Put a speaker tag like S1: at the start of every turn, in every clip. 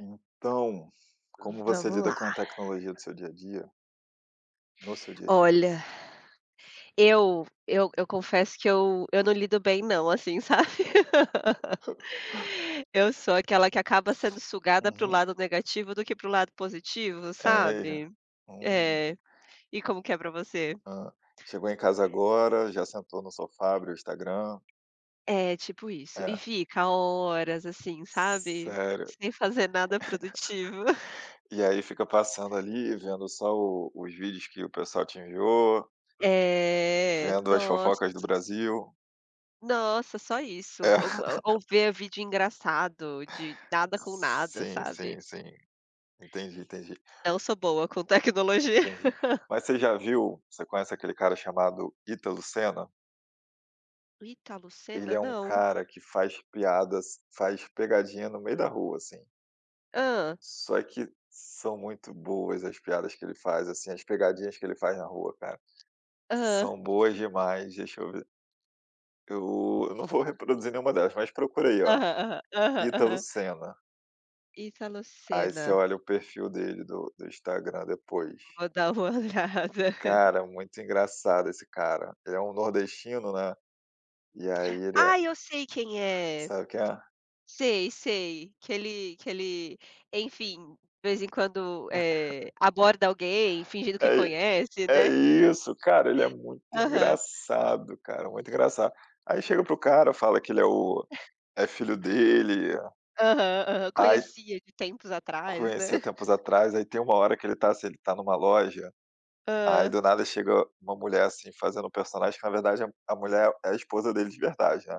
S1: Então, como você
S2: Vamos
S1: lida
S2: lá.
S1: com a tecnologia do seu dia a dia no seu dia a dia?
S2: Olha, eu confesso que eu não lido bem não, assim, sabe. Eu sou aquela que acaba sendo sugada para o
S1: Uhum.
S2: lado negativo do que para o lado positivo,
S1: É mesmo?
S2: sabe.
S1: Hum,
S2: É. E como que é pra você?
S1: hã. Chegou em casa agora, já sentou no sofá, abriu o Instagram
S2: É, tipo isso. E
S1: é.
S2: fica horas, assim, sabe,
S1: Sério.
S2: sem fazer nada produtivo.
S1: E aí fica passando ali, vendo só o os vídeos que o pessoal te enviou,
S2: É.
S1: vendo as
S2: Nossa,
S1: fofocas do Brasil.
S2: nossa, só isso.
S1: É.
S2: Ou ou ver vídeo engraçado de nada com nada,
S1: Sim,
S2: sabe.
S1: sim, sim. Entendi, entendi,
S2: Não sou boa com tecnologia.
S1: entendi. Mas você já viu você conhece aquele cara chamado Ítalo Senna?
S2: Italo Senna?
S1: Ele é um
S2: Não.
S1: cara que faz piadas, faz pegadinha no meio da rua, assim.
S2: Hã,
S1: Só que são muito boas as piadas que ele faz, assim, as pegadinhas que ele faz na rua, cara.
S2: aham,
S1: São boas demais, deixa eu ver. Eu não vou reproduzir nenhuma delas, mas procura aí,
S2: aham,
S1: ó,
S2: aham, aham,
S1: Ítalo
S2: aham.
S1: Senna.
S2: Italo
S1: Aí
S2: Senna,
S1: você olha o perfil dele do Instagram depois.
S2: vou dar uma olhada.
S1: Cara, muito engraçado esse cara. Ele é um nordestino, né, e aí ele é
S2: Ah, eu sei quem é.
S1: sabe quem é?
S2: Sei, sei, que ele, enfim, de vez em quando, aborda alguém fingindo que
S1: É
S2: conhece,
S1: É
S2: né.
S1: isso, cara, ele é muito
S2: Aham,
S1: engraçado, cara, muito engraçado. Aí chega pro cara, fala que ele é o é filho dele,
S2: aham.
S1: aí
S2: Conhecia de tempos atrás,
S1: conhecia
S2: né.
S1: tempos atrás, aí tem uma hora que ele tá assim, ele tá numa loja, aí
S2: Hã,
S1: do nada chega uma mulher, assim, fazendo um personagem que na verdade a mulher é a esposa dele de verdade, né.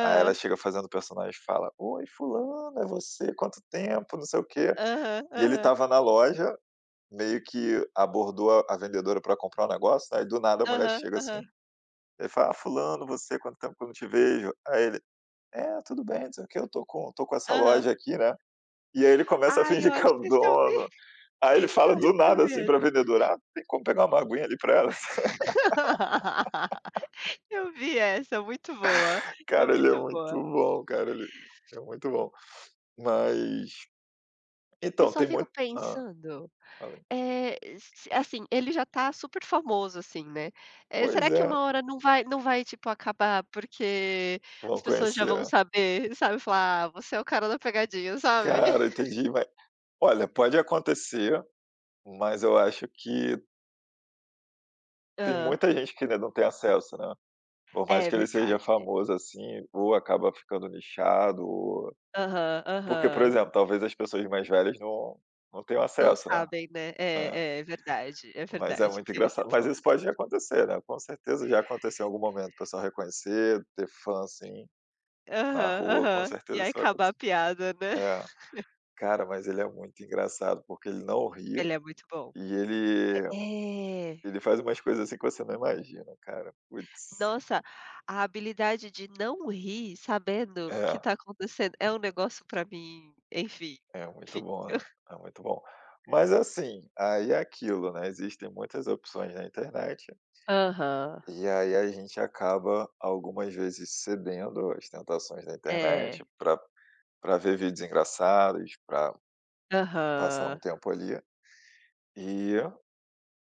S1: Aí ela chega fazendo o personagem e fala: "Oi fulano, é você, quanto tempo, não sei o quê".
S2: aham,
S1: E ele
S2: aham,
S1: estava na loja, meio que abordou a vendedora pra comprar um negócio, né? Aí do nada a mulher
S2: aham,
S1: chega assim.
S2: aham,
S1: Ele fala: "Ah, fulano, você, quanto tempo que eu não te vejo". Aí ele: "É, tudo bem, não sei o que eu tô com essa
S2: aham.
S1: loja aqui, né". E aí ele começa a
S2: Ai, eu
S1: fingir que é
S2: acho
S1: o
S2: que esse eu vi.
S1: dono. Aí ele
S2: Eu
S1: fala
S2: acho
S1: do
S2: que eu
S1: nada,
S2: vi
S1: assim, pra
S2: essa.
S1: vendedora: "Ah, tem como pegar uma aguinha ali pra ela?"
S2: Eu vi essa, muito boa, é
S1: Cara, ele é
S2: muito
S1: muito
S2: boa.
S1: bom, cara, ele é muito bom. Mas
S2: Eu
S1: então,
S2: só
S1: tem
S2: fico
S1: muito
S2: pensando,
S1: fala.
S2: se assim, ele já tá super famoso, assim, né,
S1: Pois
S2: será que
S1: é,
S2: uma hora não vai, tipo, acabar porque
S1: vão
S2: as pessoas já vão
S1: conhecer.
S2: saber, sabe, falar: "Ah, você é o cara da pegadinha", sabe.
S1: Cara, entendi, mas olha, pode acontecer, mas eu acho que tem
S2: Hã.
S1: muita gente que ainda não tem acesso, né. Por
S2: É
S1: mais que ele seja
S2: verdade.
S1: famoso, assim, ou acaba ficando nichado ou
S2: Aham,
S1: porque, por
S2: aham.
S1: exemplo, talvez as pessoas mais velhas não tenham
S2: Não
S1: acesso, né.
S2: sabem, né.
S1: É,
S2: É, é
S1: mas é
S2: verdade,
S1: muito
S2: tem esse
S1: engraçado. Mas
S2: ponto.
S1: isso pode acontecer, né, com certeza já aconteceu em algum momento, o pessoal reconhecer, ter fã,
S2: E
S1: assim, na
S2: aham,
S1: rua, com
S2: aham. E
S1: certeza
S2: aí
S1: isso vai
S2: acabar a
S1: acontecer.
S2: piada, né.
S1: É. Cara, mas ele é muito engraçado, porque ele não ri
S2: Ele é muito bom.
S1: e ele
S2: É.
S1: ele faz umas coisas, assim, que você não imagina, cara. Putz.
S2: Nossa, a habilidade de não rir sabendo o que
S1: É.
S2: tá acontecendo é um negócio pra mim, enfim,
S1: É muito
S2: enfim.
S1: bom, né, é muito bom. Mas assim, aí é aquilo, né, existem muitas opções na internet,
S2: Aham.
S1: e aí a gente acaba algumas vezes cedendo às tentações da
S2: É.
S1: internet para ver vídeos engraçados, para passar
S2: Aham.
S1: um tempo ali, e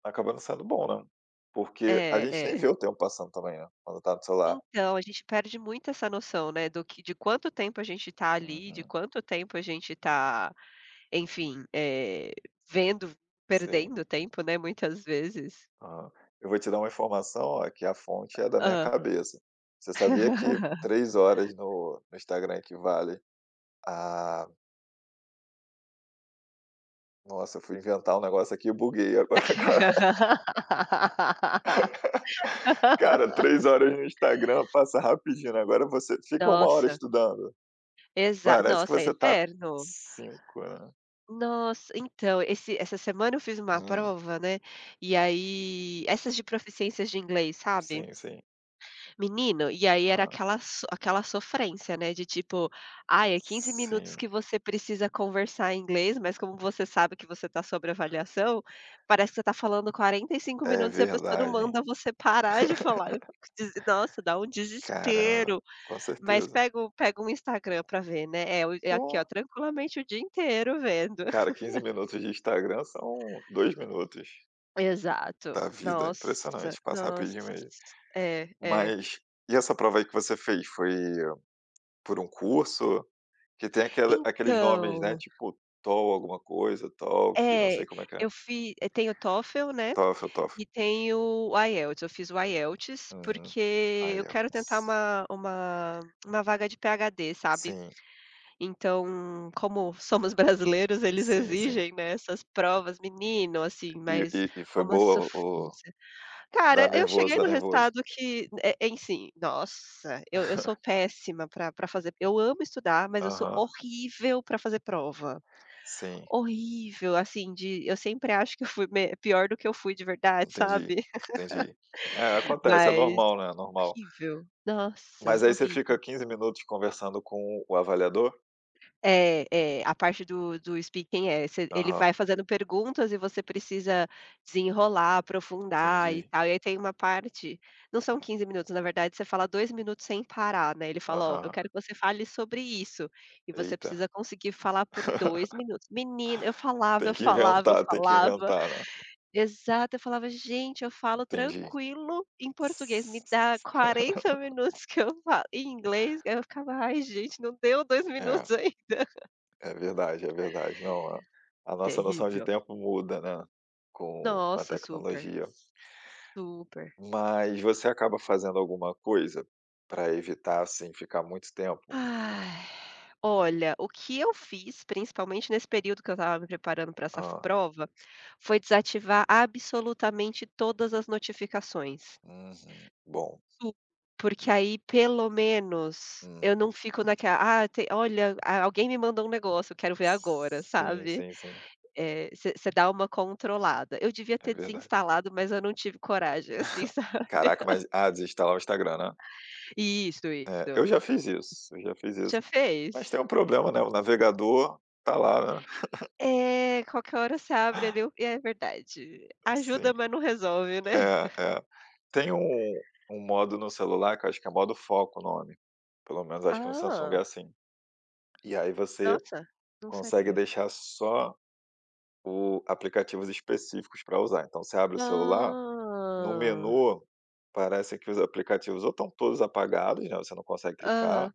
S1: acaba não sendo bom, né. Porque a
S2: É,
S1: gente nem
S2: é.
S1: vê o tempo passando também, né, quando tá no celular.
S2: Então, a gente perde muito essa noção, né, do que de quanto tempo a gente tá ali, de
S1: Uhum,
S2: quanto tempo a gente tá, enfim, vendo
S1: sim.
S2: perdendo tempo, né, muitas vezes.
S1: Aham. Eu vou te dar uma informação, ó, que a fonte é da minha
S2: Hã.
S1: cabeça. Você sabia que 3 horas no Instagram equivale a nossa, eu fui inventar um negócio aqui e buguei agora. Cara, 3 horas no Instagram passa rapidinho, né? Agora você fica 1 hora
S2: Nossa.
S1: estudando,
S2: Exa
S1: parece que
S2: nossa, é
S1: você tá
S2: eterno.
S1: cinco. Né.
S2: Nossa, então, esse essa semana eu fiz uma
S1: Hum,
S2: prova, né, e aí essas de proficiências de inglês, sabe.
S1: sim, sim.
S2: Menino, e aí era
S1: Aham.
S2: aquela sofrência, né, de tipo: "Ai, é 15 minutos
S1: Sim,
S2: que você precisa conversar em inglês, mas como você sabe que você tá sob avaliação, parece que você tá falando 45
S1: é
S2: minutos e a pessoa não
S1: verdade, hein.
S2: manda você parar de falar". Eu fico desi nossa, dá um
S1: Caramba,
S2: desespero.
S1: com
S2: Mas
S1: certeza.
S2: pega o Instagram pra ver, né. É o é aqui, ó,
S1: Pô,
S2: tranquilamente o dia inteiro vendo.
S1: cara, 15 minutos de Instagram são 2 minutos
S2: Exato.
S1: da vida,
S2: Nossa,
S1: impressionante, passa
S2: nossa.
S1: rapidinho mesmo.
S2: É, é.
S1: Mas e essa prova aí que você fez, foi por um curso? Que tem aquela aqueles nomes, né,
S2: Então,
S1: tipo TOEL alguma coisa, TOLC, não
S2: é,
S1: sei como é que é.
S2: tem o TOEFL, né,
S1: TOEFL, TOEFL.
S2: e tem o IELTS. Eu fiz o IELTS,
S1: Uhum.
S2: porque eu quero tentar
S1: IELTS.
S2: uma vaga de PhD, sabe.
S1: Sim,
S2: Então, como somos brasileiros, eles
S1: sim, sim.
S2: exigem, né, essas provas, menino, assim,
S1: E
S2: mas
S1: e foi
S2: uma
S1: boa o
S2: sofrência.
S1: dá
S2: Cara, eu
S1: nervoso,
S2: cheguei
S1: dá
S2: no
S1: nervoso.
S2: resultado que é assim, nossa, eu sou péssima pra fazer eu amo estudar, mas eu sou
S1: Aham,
S2: horrível pra fazer prova.
S1: sim,
S2: Horrível, assim, de eu sempre acho que eu fui me pior do que eu fui de verdade,
S1: entendi,
S2: sabe.
S1: entendi. É, acontece, é
S2: Mas
S1: normal, né, é normal.
S2: horrível, nossa,
S1: Mas aí você
S2: horrível.
S1: fica 15 minutos conversando com o avaliador?
S2: É, é, a parte do speaking é, você ele
S1: Aham,
S2: vai fazendo perguntas e você precisa desenrolar, aprofundar e
S1: entendi.
S2: tal, e aí tem uma parte não são 15 minutos, na verdade você fala 2 minutos sem parar, né, ele fala: "Ó, eu
S1: Aham.
S2: quero que você fale sobre isso", e você
S1: Eita.
S2: precisa conseguir falar por 2 minutos. Menina, eu falava, eu falava, eu
S1: Tem que
S2: falava
S1: inventar, né.
S2: exato, eu falava: "Gente, eu falo
S1: Entendi.
S2: tranquilo em português, me dá 40 minutos que eu falo em inglês", aí eu ficava: "Ai gente, não deu 2
S1: É,
S2: minutos ainda".
S1: é verdade, é verdade. Não, a nossa noção de
S2: Terrível.
S1: tempo muda, né, com a
S2: Nossa, super,
S1: tecnologia.
S2: super.
S1: Mas você acaba fazendo alguma coisa para evitar, assim, ficar muito tempo?
S2: Ai, olha, o que eu fiz, principalmente nesse período que eu estava me preparando para essa
S1: Ah,
S2: prova, foi desativar absolutamente todas as notificações.
S1: uhum. Bom.
S2: Tu porque aí, pelo menos,
S1: Hum.
S2: eu não fico naquela: "Ah, te olha, a alguém me mandou um negócio, eu quero ver agora",
S1: Sim,
S2: sabe.
S1: sim, sim.
S2: Você dá uma controlada. Eu devia
S1: É
S2: ter
S1: verdade.
S2: desinstalado, mas eu não tive coragem, assim, sabe.
S1: Caraca, mas ah, desinstalar o Instagram, né.
S2: Isso,
S1: É, eu
S2: isso.
S1: já fiz isso, eu já fiz isso.
S2: Já
S1: Mas
S2: fez?
S1: tem um problema, né, o navegador tá lá, né.
S2: É, qualquer hora você abre ali o e é verdade. Ajuda,
S1: Sim.
S2: mas não resolve, né.
S1: É, é. Tem um modo no celular que eu acho que é modo foco o nome, pelo menos acho que no Samsung é
S2: Ah,
S1: assim. E aí você
S2: nossa, não
S1: consegue
S2: sabia.
S1: deixar só o aplicativos específicos para usar. Então você abre o celular, no
S2: Ah!
S1: menu parece que os aplicativos ou estão todos apagados, né, você não consegue clicar.
S2: Aham,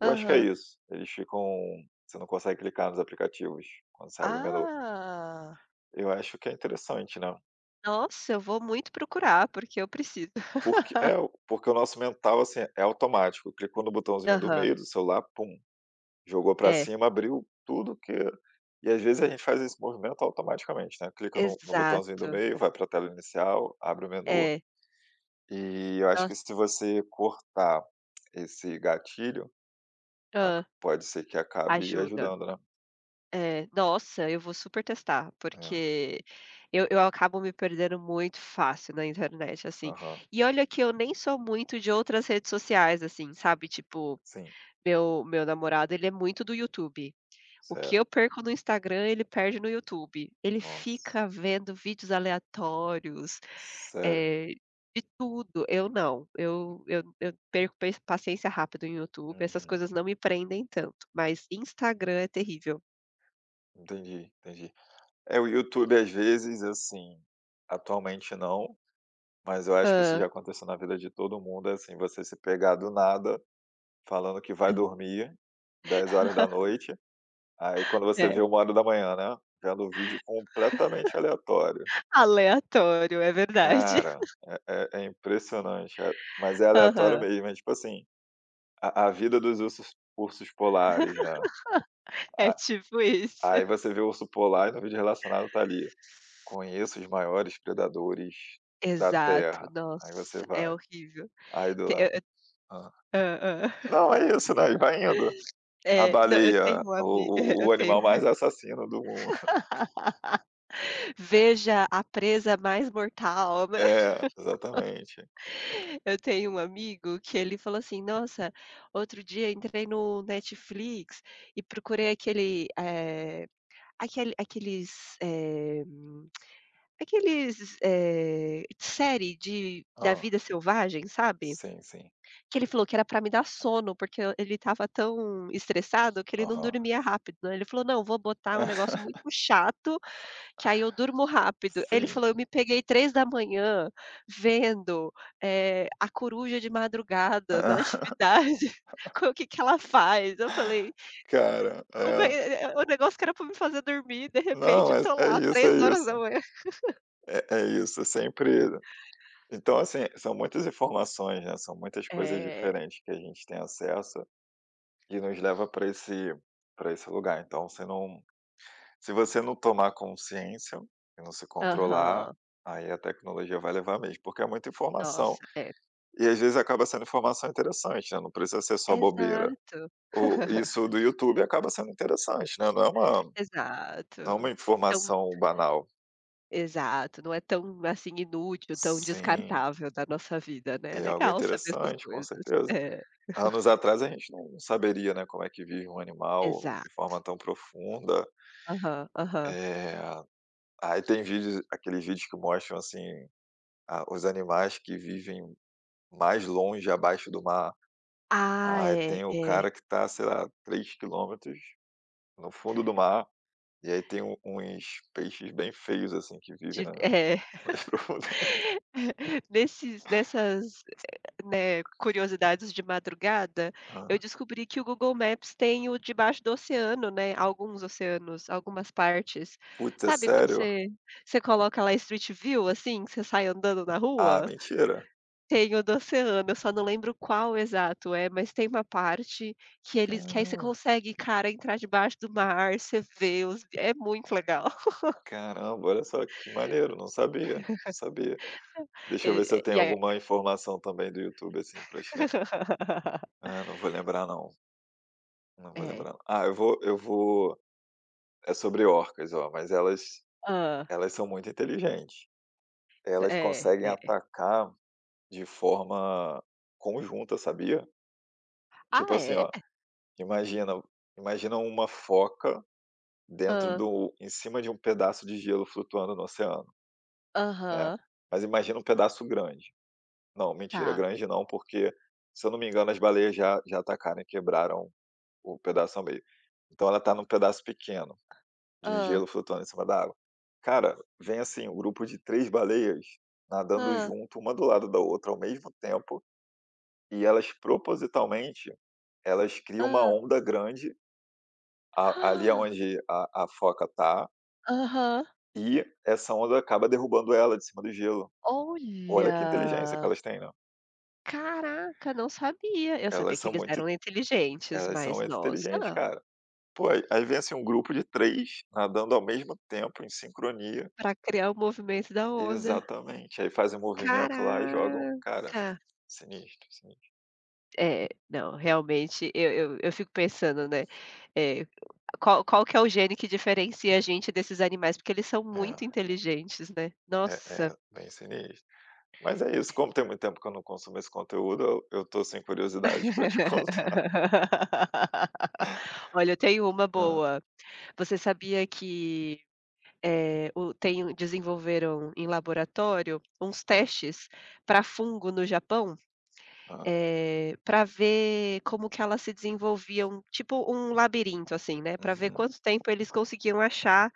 S1: Eu acho que é
S2: aham.
S1: isso. Eles ficam você não consegue clicar nos aplicativos quando você abre o menu.
S2: Ah.
S1: Eu acho que é interessante, né.
S2: Nossa, eu vou muito procurar, porque eu preciso.
S1: Porque é, porque o nosso mental, assim, é automático. Clicou no botãozinho do
S2: Aham,
S1: meio do celular, pum, jogou para
S2: é.
S1: cima, abriu tudo que e às vezes a gente faz esse movimento automaticamente, né. Clica no botãozinho do
S2: Exato.
S1: meio, vai para a tela inicial, abre o menu.
S2: É.
S1: E eu acho que
S2: Nossa.
S1: se você cortar esse gatilho, aca
S2: Hã.
S1: pode ser que acabe
S2: Ajuda.
S1: ajudando, né.
S2: É, nossa, eu vou super testar,
S1: É,
S2: porque eu acabo me perdendo muito fácil na internet, assim.
S1: aham,
S2: E olha que eu nem sou muito de outras redes sociais, assim, sabe, tipo,
S1: sim,
S2: meu namorado, ele é muito do YouTube. O que
S1: cer.
S2: eu perco no Instagram, ele perde no YouTube. Ele
S1: Nossa,
S2: fica vendo vídeos aleatórios,
S1: sério?
S2: eh, de tudo. Eu não, eu perco pes paciência rápido em YouTube, essas
S1: Uhum.
S2: coisas não me prendem tanto, mas Instagram é terrível.
S1: Entendi, entendi. É, o YouTube às vezes, assim, atualmente não, mas eu acho que isso
S2: Hã.
S1: já aconteceu na vida de todo mundo, é assim, você se pegar do nada falando que vai dormir 10 horas da noite aí quando você
S2: É,
S1: vê 1 hora da manhã né, vendo um vídeo completamente aleatório.
S2: aleatório, é verdade.
S1: Cara, é é é impressionante, é mas é aleatório
S2: Aham,
S1: mesmo, é tipo assim, a vida dos ursos polares, né,
S2: é
S1: a
S2: tipo isso.
S1: aí você vê o urso polar e no vídeo relacionado tá ali. Conheço os maiores predadores da
S2: Exato,
S1: terra. Aí você
S2: nossa, é
S1: vai,
S2: horrível.
S1: aí do
S2: Te
S1: lado
S2: eu
S1: hã.
S2: hã, hã.
S1: Não, é isso, né, e vai indo. A
S2: É, não, eu tenho
S1: baleia,
S2: um ami
S1: o
S2: eu
S1: o o
S2: tenho
S1: animal mais assassino do mundo.
S2: veja a presa mais mortal, né.
S1: É, exatamente.
S2: Eu tenho um amigo que ele falou assim: "Nossa, outro dia entrei no Netflix e procurei aquele, aquele aqueles, eh, série de da
S1: Hã.
S2: vida selvagem, sabe?"
S1: Sim, sim.
S2: Que ele falou que era pra me dar sono, porque eu ele estava tão estressado que ele não
S1: Aham.
S2: dormia rápido, né. Ele falou: "Não, vou botar um negócio muito chato, que aí eu durmo rápido". Ele
S1: Sim.
S2: falou: "Eu me peguei 3 da manhã vendo, a coruja de madrugada na
S1: Ah,
S2: atividade, co o que que ela faz". Eu falei:
S1: cara,
S2: "Como
S1: é.
S2: é o negócio que era pra me fazer dormir, de
S1: Não,
S2: repente
S1: é
S2: tô
S1: é
S2: lá
S1: isso, é
S2: 3h".
S1: isso. É é isso, é sempre então, assim, são muitas informações, né, são muitas coisas
S2: É.
S1: diferentes que a gente tem acesso. E nos leva para esse lugar. Então se não se você não tomar consciência e não se controlar,
S2: Aham.
S1: aí a tecnologia vai levar mesmo, porque é muita informação.
S2: Nossa, é.
S1: E às vezes acaba sendo informação interessante, né, não precisa ser só bobeira.
S2: Exato.
S1: O isso do YouTube acaba sendo interessante, né, não é uma
S2: Exato. Então
S1: informação banal.
S2: Exato, não é tão, assim, inútil, tão
S1: Sim,
S2: descartável da nossa vida, né, é
S1: é algo
S2: legal saber essas
S1: interessante, com
S2: coisas.
S1: certeza.
S2: É,
S1: Anos atrás a gente não saberia, né, como é que vive um animal
S2: exato.
S1: de forma tão profunda.
S2: Aham, aham.
S1: Eh, aí tem vídeos aqueles vídeos que mostram, assim, a os animais que vivem mais longe abaixo do mar.
S2: Ah,
S1: Aí
S2: é,
S1: tem o
S2: é.
S1: cara que tá, sei lá, 3 quilômetros no fundo do mar, e aí tem um uns peixes bem feios, assim, que vivem
S2: De
S1: na
S2: é,
S1: nas profundezas.
S2: nesses nessas, né, curiosidades de madrugada,
S1: Hã.
S2: eu descobri que o Google Maps tem o debaixo do oceano, né, alguns oceanos, algumas partes.
S1: Putz, é
S2: Sabe quando
S1: sério?
S2: você coloca lá Street View, assim, que você sai andando na
S1: Ah,
S2: rua?
S1: mentira.
S2: Tem o do oceano, eu só não lembro qual exato é, mas tem uma parte que aí você
S1: Caramba.
S2: consegue, cara, entrar debaixo do mar, você vê os é muito legal.
S1: Caramba, olha só que maneiro, não sabia, não sabia.
S2: E
S1: Deixa eu ver se eu
S2: e
S1: tenho
S2: é
S1: alguma informação também do YouTube, assim, para te lembrar. Ah, não vou lembrar não, não vou
S2: É.
S1: lembrar não. Ah, eu vou. É sobre orcas, ó, mas elas
S2: Hã.
S1: são muito inteligentes. Elas
S2: É,
S1: conseguem
S2: é.
S1: atacar de forma conjunta, sabia? Tipo
S2: Ah,
S1: assim,
S2: é?
S1: ó, imagina uma foca dentro
S2: Hã.
S1: do em cima de um pedaço de gelo flutuando no oceano, né,
S2: Aham.
S1: mas imagina um pedaço grande. Não, mentira,
S2: Tá.
S1: grande não, porque, se eu não me engano, as baleias já atacaram e quebraram o pedaço ao meio. Então ela está num pedaço pequeno. De gelo
S2: Hã.
S1: flutuando em cima da água. Cara, vem assim, um grupo de 3 baleias nadando
S2: Hã.
S1: junto, uma do lado da outra ao mesmo tempo, e elas propositalmente, elas criam uma
S2: Hã.
S1: onda grande a ali aonde a foca tá,
S2: Aham.
S1: e essa onda acaba derrubando ela de cima do gelo. Olha que inteligência que
S2: Olha!
S1: elas têm, né.
S2: Caraca, não sabia. Eu sabia
S1: Elas
S2: que
S1: são
S2: eles
S1: muito
S2: eram inteligentes,
S1: Elas são
S2: mas
S1: muito inteligentes,
S2: nossa,
S1: cara. Pô, aí vem assim um grupo de 3 nadando ao mesmo tempo em sincronia.
S2: pra criar o movimento da onda.
S1: Exatamente. Aí fazem o movimento lá e jogam. Cara,
S2: Caraca!
S1: sinistro, sinistro.
S2: É, não, realmente eu fico pensando, né, eh, qual que é o gene que diferencia a gente desses animais, porque eles são
S1: É,
S2: muito inteligentes, né.
S1: é,
S2: Nossa.
S1: é bem sinistro. Mas é isso, como tem muito tempo que eu não consumo esse conteúdo, eu tô sem curiosidade pra te contar.
S2: Olha, eu tenho uma
S1: Hã,
S2: boa. Você sabia que, o tem desenvolveram em laboratório uns
S1: hã,
S2: testes para fungo no Japão?
S1: hã.
S2: Para ver como que elas se desenvolviam, tipo um labirinto, assim, né. Para ver
S1: Uhum.
S2: quanto tempo eles conseguiam achar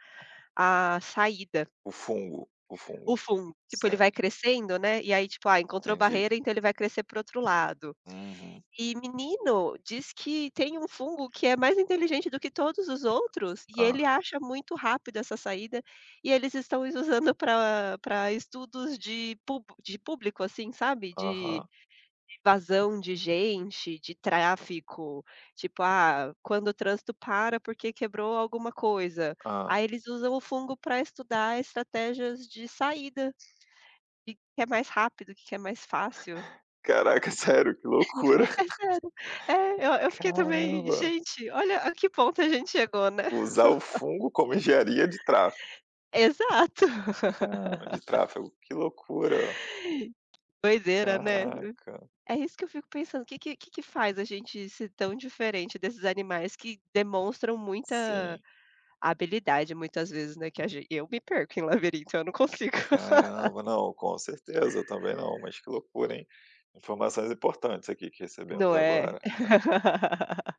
S2: a saída,
S1: O fungo, o
S2: o
S1: fungo.
S2: fundo. Tipo, ele vai
S1: Certo,
S2: crescendo, né, e aí, tipo, ah, encontrou
S1: entendi.
S2: barreira, então ele vai crescer pro outro lado.
S1: Uhum.
S2: E menino, diz que tem um fungo que é mais inteligente do que todos os outros, e ele
S1: Ah,
S2: acha muito rápido essa saída, e eles estão usando para estudos de pub de público, assim, sabe, de
S1: aham,
S2: vazão de gente, de tráfico, tipo, ah, quando o trânsito para porque quebrou alguma coisa.
S1: hã.
S2: Aí eles usam o fungo para estudar estratégias de saída, de que é mais rápido, que é mais fácil.
S1: Caraca, sério, que loucura.
S2: É sério. É, eu fiquei também:
S1: Caramba,
S2: "Gente, olha a que ponto a gente chegou, né".
S1: usar o fungo como engenharia de tráfego.
S2: Exato.
S1: Cara, de tráfego, que loucura.
S2: Doideira, né.
S1: Caraca.
S2: É isso que eu fico pensando. O que faz a gente ser tão diferente desses animais que demonstram muita
S1: Sim.
S2: a habilidade muitas vezes, né, que a gen eu me perco em labirinto, eu não consigo,
S1: Caramba, não, com certeza, eu também não, mas que loucura, hein. Informações importantes aqui que recebemos
S2: não é?
S1: agora.